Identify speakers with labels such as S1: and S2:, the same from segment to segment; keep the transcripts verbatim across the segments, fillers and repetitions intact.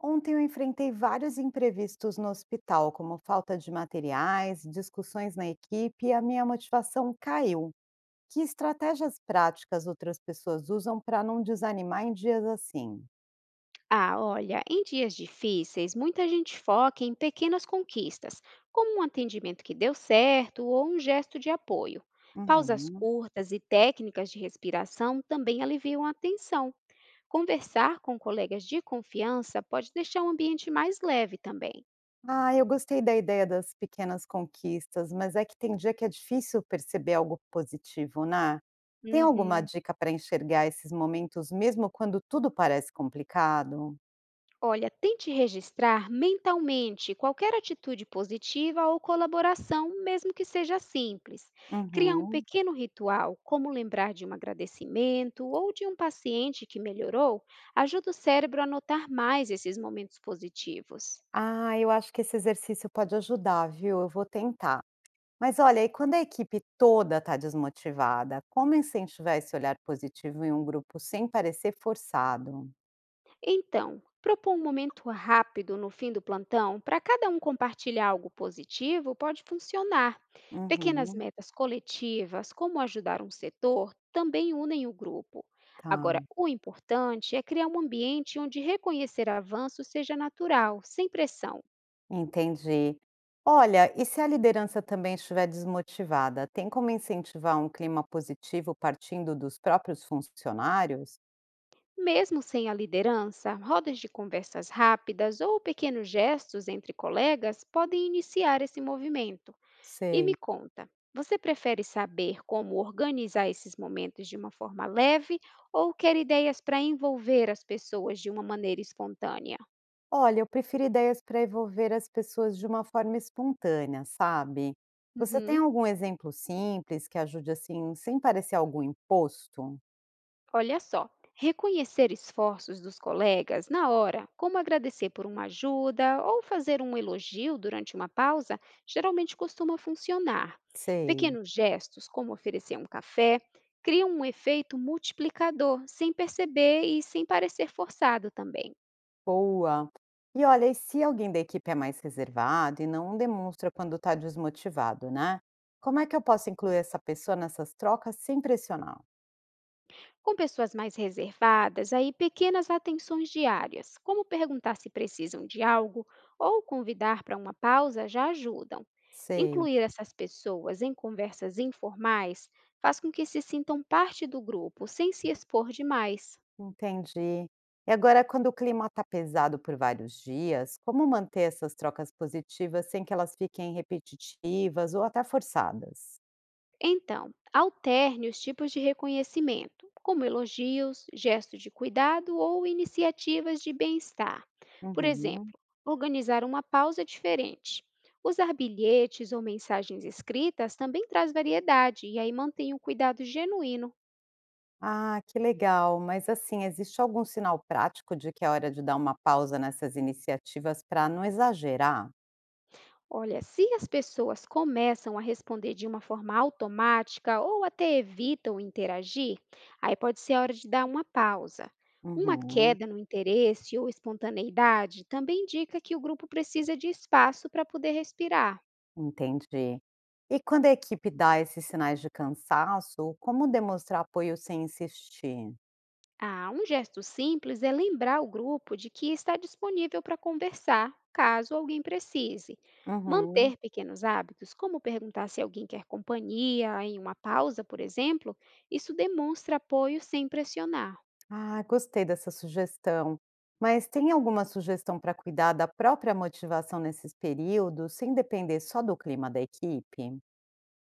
S1: Ontem eu enfrentei vários imprevistos no hospital, como falta de materiais, discussões na equipe e a minha motivação caiu. Que estratégias práticas outras pessoas usam para não desanimar em dias assim?
S2: Ah, olha, em dias difíceis, muita gente foca em pequenas conquistas, como um atendimento que deu certo ou um gesto de apoio. Pausas
S1: Uhum.
S2: curtas e técnicas de respiração também aliviam a tensão. Conversar com colegas de confiança pode deixar o ambiente mais leve também.
S1: Ah, eu gostei da ideia das pequenas conquistas, mas é que tem dia que é difícil perceber algo positivo, né? Tem alguma
S2: Uhum.
S1: dica para enxergar esses momentos mesmo quando tudo parece complicado?
S2: Olha, tente registrar mentalmente qualquer atitude positiva ou colaboração, mesmo que seja simples. Criar um
S1: Uhum.
S2: pequeno ritual, como lembrar de um agradecimento ou de um paciente que melhorou, ajuda o cérebro a notar mais esses momentos positivos.
S1: Ah, eu acho que esse exercício pode ajudar, viu? Eu vou tentar. Mas olha, e quando a equipe toda está desmotivada, como incentivar esse olhar positivo em um grupo sem parecer forçado?
S2: Então, propor um momento rápido no fim do plantão para cada um compartilhar algo positivo pode funcionar. Pequenas
S1: Uhum,
S2: metas coletivas, como ajudar um setor, também unem o grupo.
S1: tá,
S2: Agora, o importante é criar um ambiente onde reconhecer avanços seja natural, sem pressão.
S1: entendi. Olha, e se a liderança também estiver desmotivada, tem como incentivar um clima positivo partindo dos próprios funcionários?
S2: Mesmo sem a liderança, rodas de conversas rápidas ou pequenos gestos entre colegas podem iniciar esse movimento. E
S1: Sei.
S2: me conta, você prefere saber como organizar esses momentos de uma forma leve ou quer ideias para envolver as pessoas de uma maneira espontânea?
S1: Olha, eu prefiro ideias para envolver as pessoas de uma forma espontânea, sabe? Você tem
S2: Uhum.
S1: algum exemplo simples que ajude assim, sem parecer algum imposto?
S2: Olha só, reconhecer esforços dos colegas na hora, como agradecer por uma ajuda ou fazer um elogio durante uma pausa, geralmente costuma funcionar.
S1: Sei,
S2: Pequenos gestos, como oferecer um café, criam um efeito multiplicador sem perceber e sem parecer forçado também.
S1: boa. E olha, e se alguém da equipe é mais reservado e não demonstra quando está desmotivado, né? Como é que eu posso incluir essa pessoa nessas trocas sem pressionar?
S2: Com pessoas mais reservadas, aí pequenas atenções diárias, como perguntar se precisam de algo ou convidar para uma pausa, já ajudam.
S1: Sei.
S2: Incluir essas pessoas em conversas informais faz com que se sintam parte do grupo sem se expor demais.
S1: Entendi. E agora, quando o clima está pesado por vários dias, como manter essas trocas positivas sem que elas fiquem repetitivas ou até forçadas?
S2: Então, alterne os tipos de reconhecimento, como elogios, gestos de cuidado ou iniciativas de bem-estar. Por
S1: Uhum.
S2: exemplo, organizar uma pausa diferente. Usar bilhetes ou mensagens escritas também traz variedade e aí mantém um cuidado genuíno.
S1: Ah, que legal. Mas assim, existe algum sinal prático de que é hora de dar uma pausa nessas iniciativas para não exagerar?
S2: Olha, se as pessoas começam a responder de uma forma automática ou até evitam interagir, aí pode ser a hora de dar uma pausa. Uma
S1: Uhum.
S2: queda no interesse ou espontaneidade também indica que o grupo precisa de espaço para poder respirar.
S1: Entendi. E quando a equipe dá esses sinais de cansaço, como demonstrar apoio sem insistir?
S2: Ah, um gesto simples é lembrar o grupo de que está disponível para conversar, caso alguém precise.
S1: Uhum.
S2: Manter pequenos hábitos, como perguntar se alguém quer companhia em uma pausa, por exemplo, isso demonstra apoio sem pressionar.
S1: Ah, gostei dessa sugestão. Mas tem alguma sugestão para cuidar da própria motivação nesses períodos, sem depender só do clima da equipe?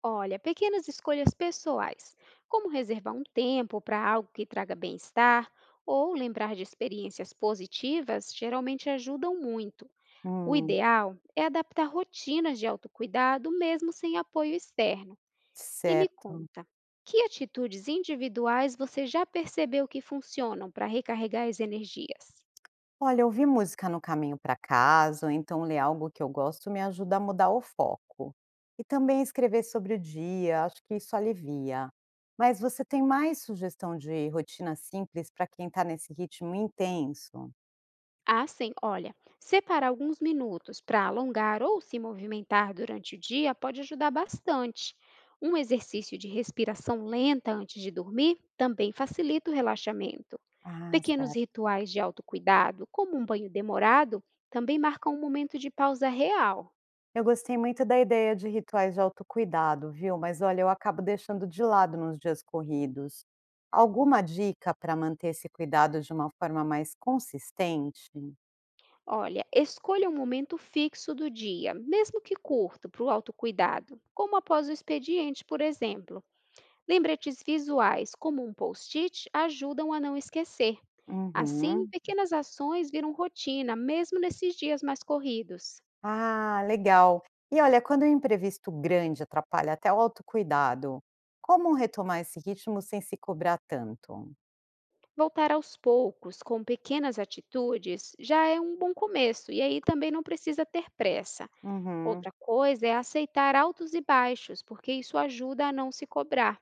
S2: Olha, pequenas escolhas pessoais, como reservar um tempo para algo que traga bem-estar ou lembrar de experiências positivas, geralmente ajudam muito. O
S1: Hum,
S2: ideal é adaptar rotinas de autocuidado mesmo sem apoio externo. E me
S1: certo.
S2: conta, que atitudes individuais você já percebeu que funcionam para recarregar as energias?
S1: Olha, ouvir música no caminho para casa, ou então ler algo que eu gosto, me ajuda a mudar o foco. E também escrever sobre o dia, acho que isso alivia. Mas você tem mais sugestão de rotina simples para quem está nesse ritmo intenso?
S2: Ah, sim, olha, separar alguns minutos para alongar ou se movimentar durante o dia pode ajudar bastante. Um exercício de respiração lenta antes de dormir também facilita o relaxamento.
S1: Ah,
S2: Pequenos
S1: certo.
S2: rituais de autocuidado, como um banho demorado, também marcam um momento de pausa real.
S1: Eu gostei muito da ideia de rituais de autocuidado, viu? Mas olha, eu acabo deixando de lado nos dias corridos. Alguma dica para manter esse cuidado de uma forma mais consistente?
S2: Olha, escolha um momento fixo do dia, mesmo que curto, para o autocuidado, como após o expediente, por exemplo. Lembretes visuais, como um post-it, ajudam a não esquecer. Assim,
S1: Uhum.
S2: pequenas ações viram rotina, mesmo nesses dias mais corridos.
S1: Ah, legal. E olha, quando o imprevisto grande atrapalha até o autocuidado, como retomar esse ritmo sem se cobrar tanto?
S2: Voltar aos poucos, com pequenas atitudes, já é um bom começo, e aí também não precisa ter pressa.
S1: Uhum.
S2: Outra coisa é aceitar altos e baixos, porque isso ajuda a não se cobrar.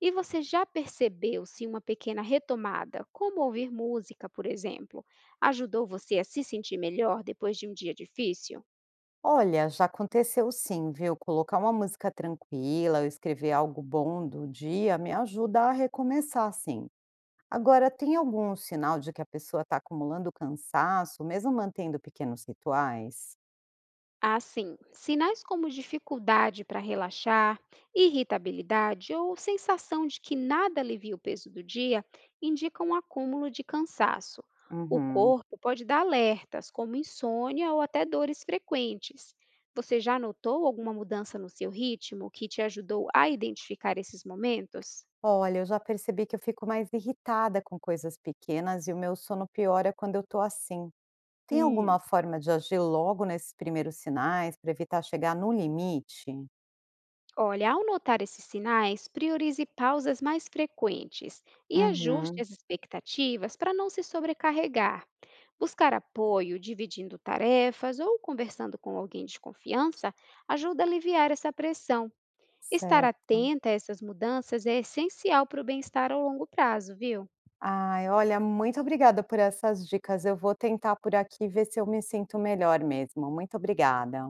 S2: E você já percebeu se uma pequena retomada, como ouvir música, por exemplo, ajudou você a se sentir melhor depois de um dia difícil?
S1: Olha, já aconteceu sim, viu? Colocar uma música tranquila, eu escrever algo bom do dia me ajuda a recomeçar, sim. Agora, tem algum sinal de que a pessoa está acumulando cansaço, mesmo mantendo pequenos rituais?
S2: Assim, sinais como dificuldade para relaxar, irritabilidade ou sensação de que nada alivia o peso do dia indicam um acúmulo de cansaço. O
S1: Uhum.
S2: corpo pode dar alertas, como insônia ou até dores frequentes. Você já notou alguma mudança no seu ritmo que te ajudou a identificar esses momentos?
S1: Olha, eu já percebi que eu fico mais irritada com coisas pequenas e o meu sono piora quando eu estou assim. Tem
S2: Hum,
S1: alguma forma de agir logo nesses primeiros sinais para evitar chegar no limite?
S2: Olha, ao notar esses sinais, priorize pausas mais frequentes e ajuste
S1: Uhum.
S2: as expectativas para não se sobrecarregar. Buscar apoio, dividindo tarefas ou conversando com alguém de confiança ajuda a aliviar essa pressão. Estar
S1: Certo.
S2: atenta a essas mudanças é essencial para o bem-estar ao longo prazo, viu?
S1: Ai, olha, muito obrigada por essas dicas. Eu vou tentar por aqui ver se eu me sinto melhor mesmo. Muito obrigada.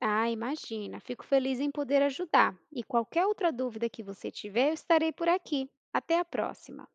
S2: Ah, imagina, fico feliz em poder ajudar. E qualquer outra dúvida que você tiver, eu estarei por aqui. Até a próxima!